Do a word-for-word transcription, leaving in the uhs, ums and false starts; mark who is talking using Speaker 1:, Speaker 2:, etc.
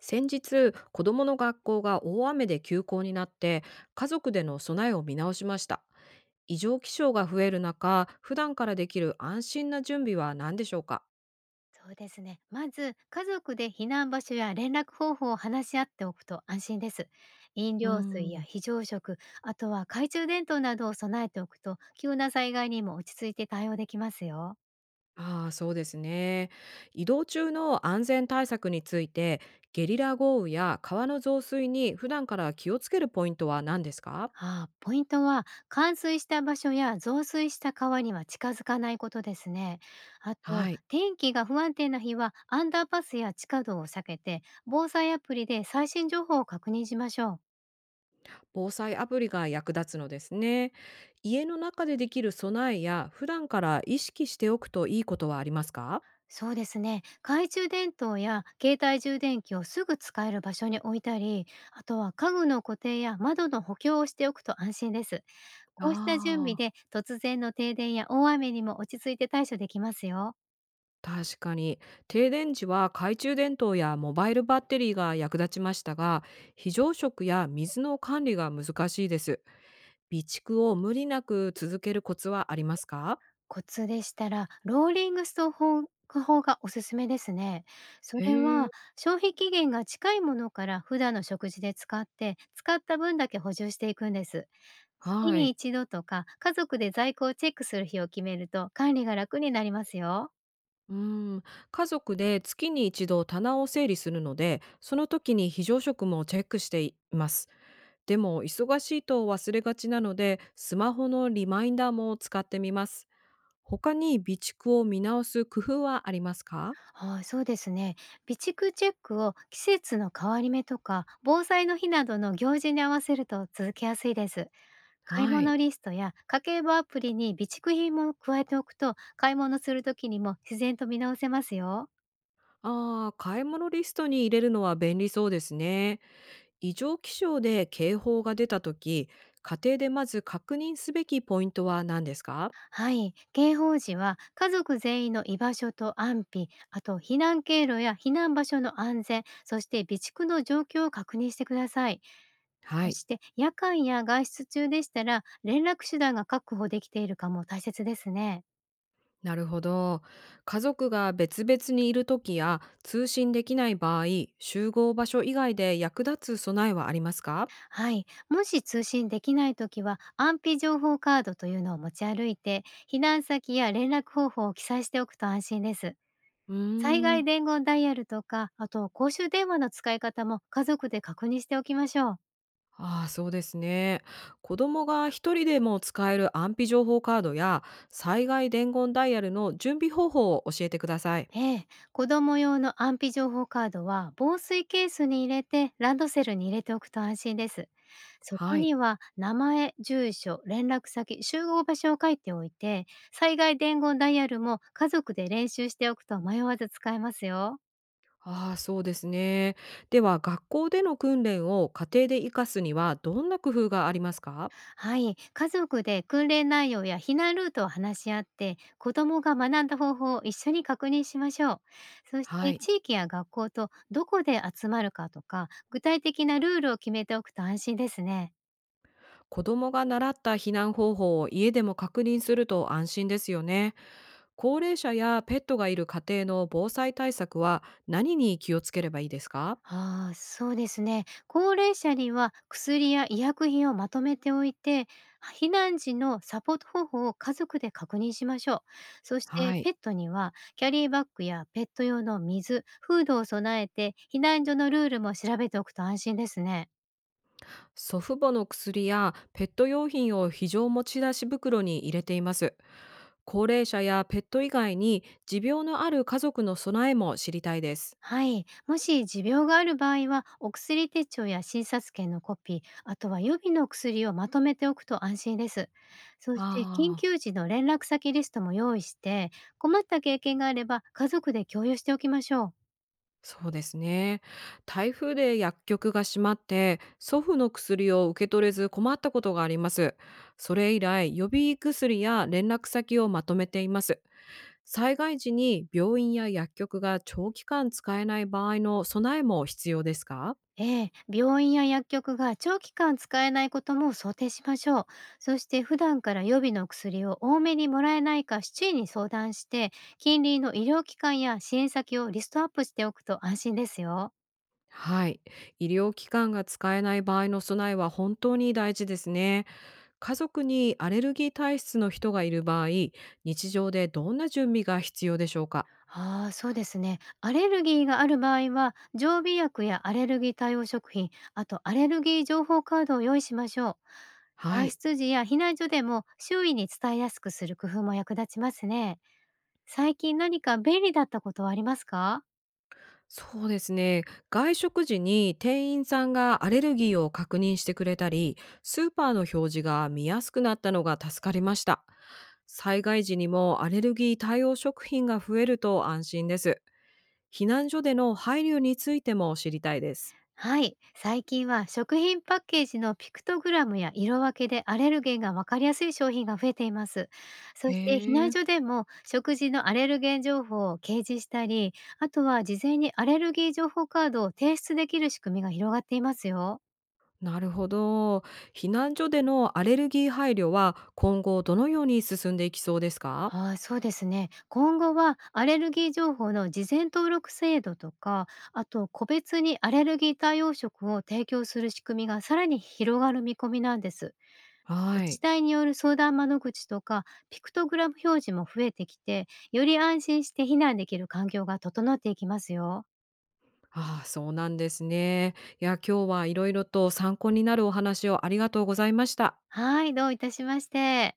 Speaker 1: 先日子どもの学校が大雨で休校になって、家族での備えを見直しました。異常気象が増える中、普段からできる安心な準備は何でしょうか？
Speaker 2: そうですね。まず、家族で避難場所や連絡方法を話し合っておくと安心です。飲
Speaker 1: うー
Speaker 2: 料水や
Speaker 1: ん、
Speaker 2: 非常食、あとは懐中電灯などを備えておくと、急な災害にも落ち着いて対応できますよ。
Speaker 1: ああー、そうですね。移動中の安全対策について、ゲリラ豪雨や川の増水に普段から気をつけるポイントは何ですか？
Speaker 2: ああ、ポイントは、冠水した場所や増水した川には近づかないことですね。あと、
Speaker 1: はい。
Speaker 2: 天気が不安定な日は、アンダーパスや地下道を避けて、防災アプリで最新情報を確認しましょう。
Speaker 1: 防災アプリが役立つのですね。家の中でできる備えや普段から意識しておくといいことはありますか？
Speaker 2: そうですね。懐中電灯や携帯充電器をすぐ使える場所に置いたり、あとは家具の固定や窓の補強をしておくと安心です。
Speaker 1: あ
Speaker 2: こうした準備
Speaker 1: あ、
Speaker 2: で突然の停電や大雨にも落ち着いて対処できますよ。
Speaker 1: 確かに。停電時は懐中電灯やモバイルバッテリーが役立ちましたが、非常食や水の管理が難しいです。備蓄を無理なく続けるコツはありますか？
Speaker 2: コツでしたらローリングストック法がおすすめですね。それ
Speaker 1: へえ、
Speaker 2: は、消費期限が近いものから普段の食事で使って、使った分だけ補充していくんです。月
Speaker 1: は
Speaker 2: に
Speaker 1: い。
Speaker 2: 一度とか、家族で在庫をチェックする日を決めると管理が楽になりますよ。
Speaker 1: うん、家族でつきにいちど棚を整理するので、その時に非常食もチェックしています。でも忙しいと忘れがちなので、スマホのリマインダーも使ってみます。他に備蓄を見直す工夫はありますか？
Speaker 2: はい、そうですね。備蓄チェックを季節の変わり目とか、防災の日などの行事に合わせると続けやすいです。買い
Speaker 1: はい。
Speaker 2: 物リストや家計簿アプリに備蓄品も加えておくと、買い物する時にも自然と見直せますよ。
Speaker 1: ああ、買い物リストに入れるのは便利そうですね。異常気象で警報が出たとき、家庭でまず確認すべきポイントは何ですか？
Speaker 2: はい、警報時は家族全員の居場所と安否、あと避難経路や避難場所の安全、そして備蓄の状況を確認してください。
Speaker 1: は
Speaker 2: そ
Speaker 1: い。
Speaker 2: して夜間や外出中でしたら連絡手段が確保できているかも大切ですね。
Speaker 1: なるほど。家族が別々にいるときや通信できない場合、集合場所以外で役立つ備えはありますか？
Speaker 2: はい、もし通信できないときは安否情報カードというのを持ち歩いて、避難先や連絡方法を記載しておくと安心です。
Speaker 1: う
Speaker 2: 災
Speaker 1: ー
Speaker 2: 害
Speaker 1: ん。
Speaker 2: 伝言ダイヤルとか、あと公衆電話の使い方も家族で確認しておきましょう。
Speaker 1: ああ、そうですね。子供がひとりでも使える安否情報カードや災害伝言ダイヤルの準備方法を教えてください。
Speaker 2: ええ、子供用の安否情報カードは防水ケースに入れてランドセルに入れておくと安心です。そこ
Speaker 1: はい。
Speaker 2: には名前、住所、連絡先、集合場所を書いておいて、災害伝言ダイヤルも家族で練習しておくと迷わず使えますよ。
Speaker 1: ああ、そうですね。では、学校での訓練を家庭で活かすにはどんな工夫がありますか？
Speaker 2: はい、家族で訓練内容や避難ルートを話し合って、子どもが学んだ方法を一緒に確認しましょう。そし
Speaker 1: は
Speaker 2: て
Speaker 1: い。
Speaker 2: 地域や学校とどこで集まるかとか、具体的なルールを決めておくと安心ですね。
Speaker 1: 子供が習った避難方法を家でも確認すると安心ですよね。高齢者やペットがいる家庭の防災対策は何に気をつければいいですか？
Speaker 2: ああ、そうですね。高齢者には薬や医薬品をまとめておいて、避難時のサポート方法を家族で確認しましょう。そして
Speaker 1: はい。
Speaker 2: ペットにはキャリーバッグやペット用の水、フードを備えて、避難所のルールも調べておくと安心ですね。
Speaker 1: 祖父母の薬やペット用品を非常持ち出し袋に入れています。高齢者やペット以外に持病のある家族の備えも知りたいです。
Speaker 2: はい。もし持病がある場合は、お薬手帳や診察券のコピー、あとは予備の薬をまとめておくと安心です。そして、緊
Speaker 1: ああ、
Speaker 2: 急時の連絡先リストも用意して、困った経験があれば家族で共有しておきましょう。
Speaker 1: そうですね。台風で薬局が閉まって祖父の薬を受け取れず困ったことがあります。それ以来予備薬や連絡先をまとめています。災害時に病院や薬局が長期間使えない場合の備えも必要ですか？
Speaker 2: ええ、病院や薬局が長期間使えないことも想定しましょう。そして、普段から予備の薬を多めにもらえないか周囲に相談して、近隣の医療機関や支援先をリストアップしておくと安心ですよ。
Speaker 1: はい。医療機関が使えない場合の備えは本当に大事ですね。家族にアレルギー体質の人がいる場合、日常でどんな準備が必要でしょうか？
Speaker 2: ああ、そうですね。アレルギーがある場合は、常備薬やアレルギー対応食品、あとアレルギー情報カードを用意しましょう。
Speaker 1: は
Speaker 2: 外
Speaker 1: い。
Speaker 2: 出時や避難所でも周囲に伝えやすくする工夫も役立ちますね。最近何か便利だったことはありますか？
Speaker 1: そうですね。外食時に店員さんがアレルギーを確認してくれたり、スーパーの表示が見やすくなったのが助かりました。災害時にもアレルギー対応食品が増えると安心です。避難所での配慮についても知りたいです。
Speaker 2: はい、最近は食品パッケージのピクトグラムや色分けでアレルゲンがわかりやすい商品が増えています。そ
Speaker 1: へ
Speaker 2: して避難
Speaker 1: え、
Speaker 2: 所でも食事のアレルゲン情報を掲示したり、あとは事前にアレルギー情報カードを提出できる仕組みが広がっていますよ。
Speaker 1: なるほど。避難所でのアレルギー配慮は今後どのように進んでいきそうですか？
Speaker 2: はい、そうですね。今後はアレルギー情報の事前登録制度とか、あと個別にアレルギー対応食を提供する仕組みがさらに広がる見込みなんです。
Speaker 1: は
Speaker 2: 自治
Speaker 1: い。
Speaker 2: 体による相談窓口とか、ピクトグラム表示も増えてきて、より安心して避難できる環境が整っていきますよ。
Speaker 1: ああ、そうなんですね。いや、今日はいろいろと参考になるお話をありがとうございました。
Speaker 2: はい、どういたしまして。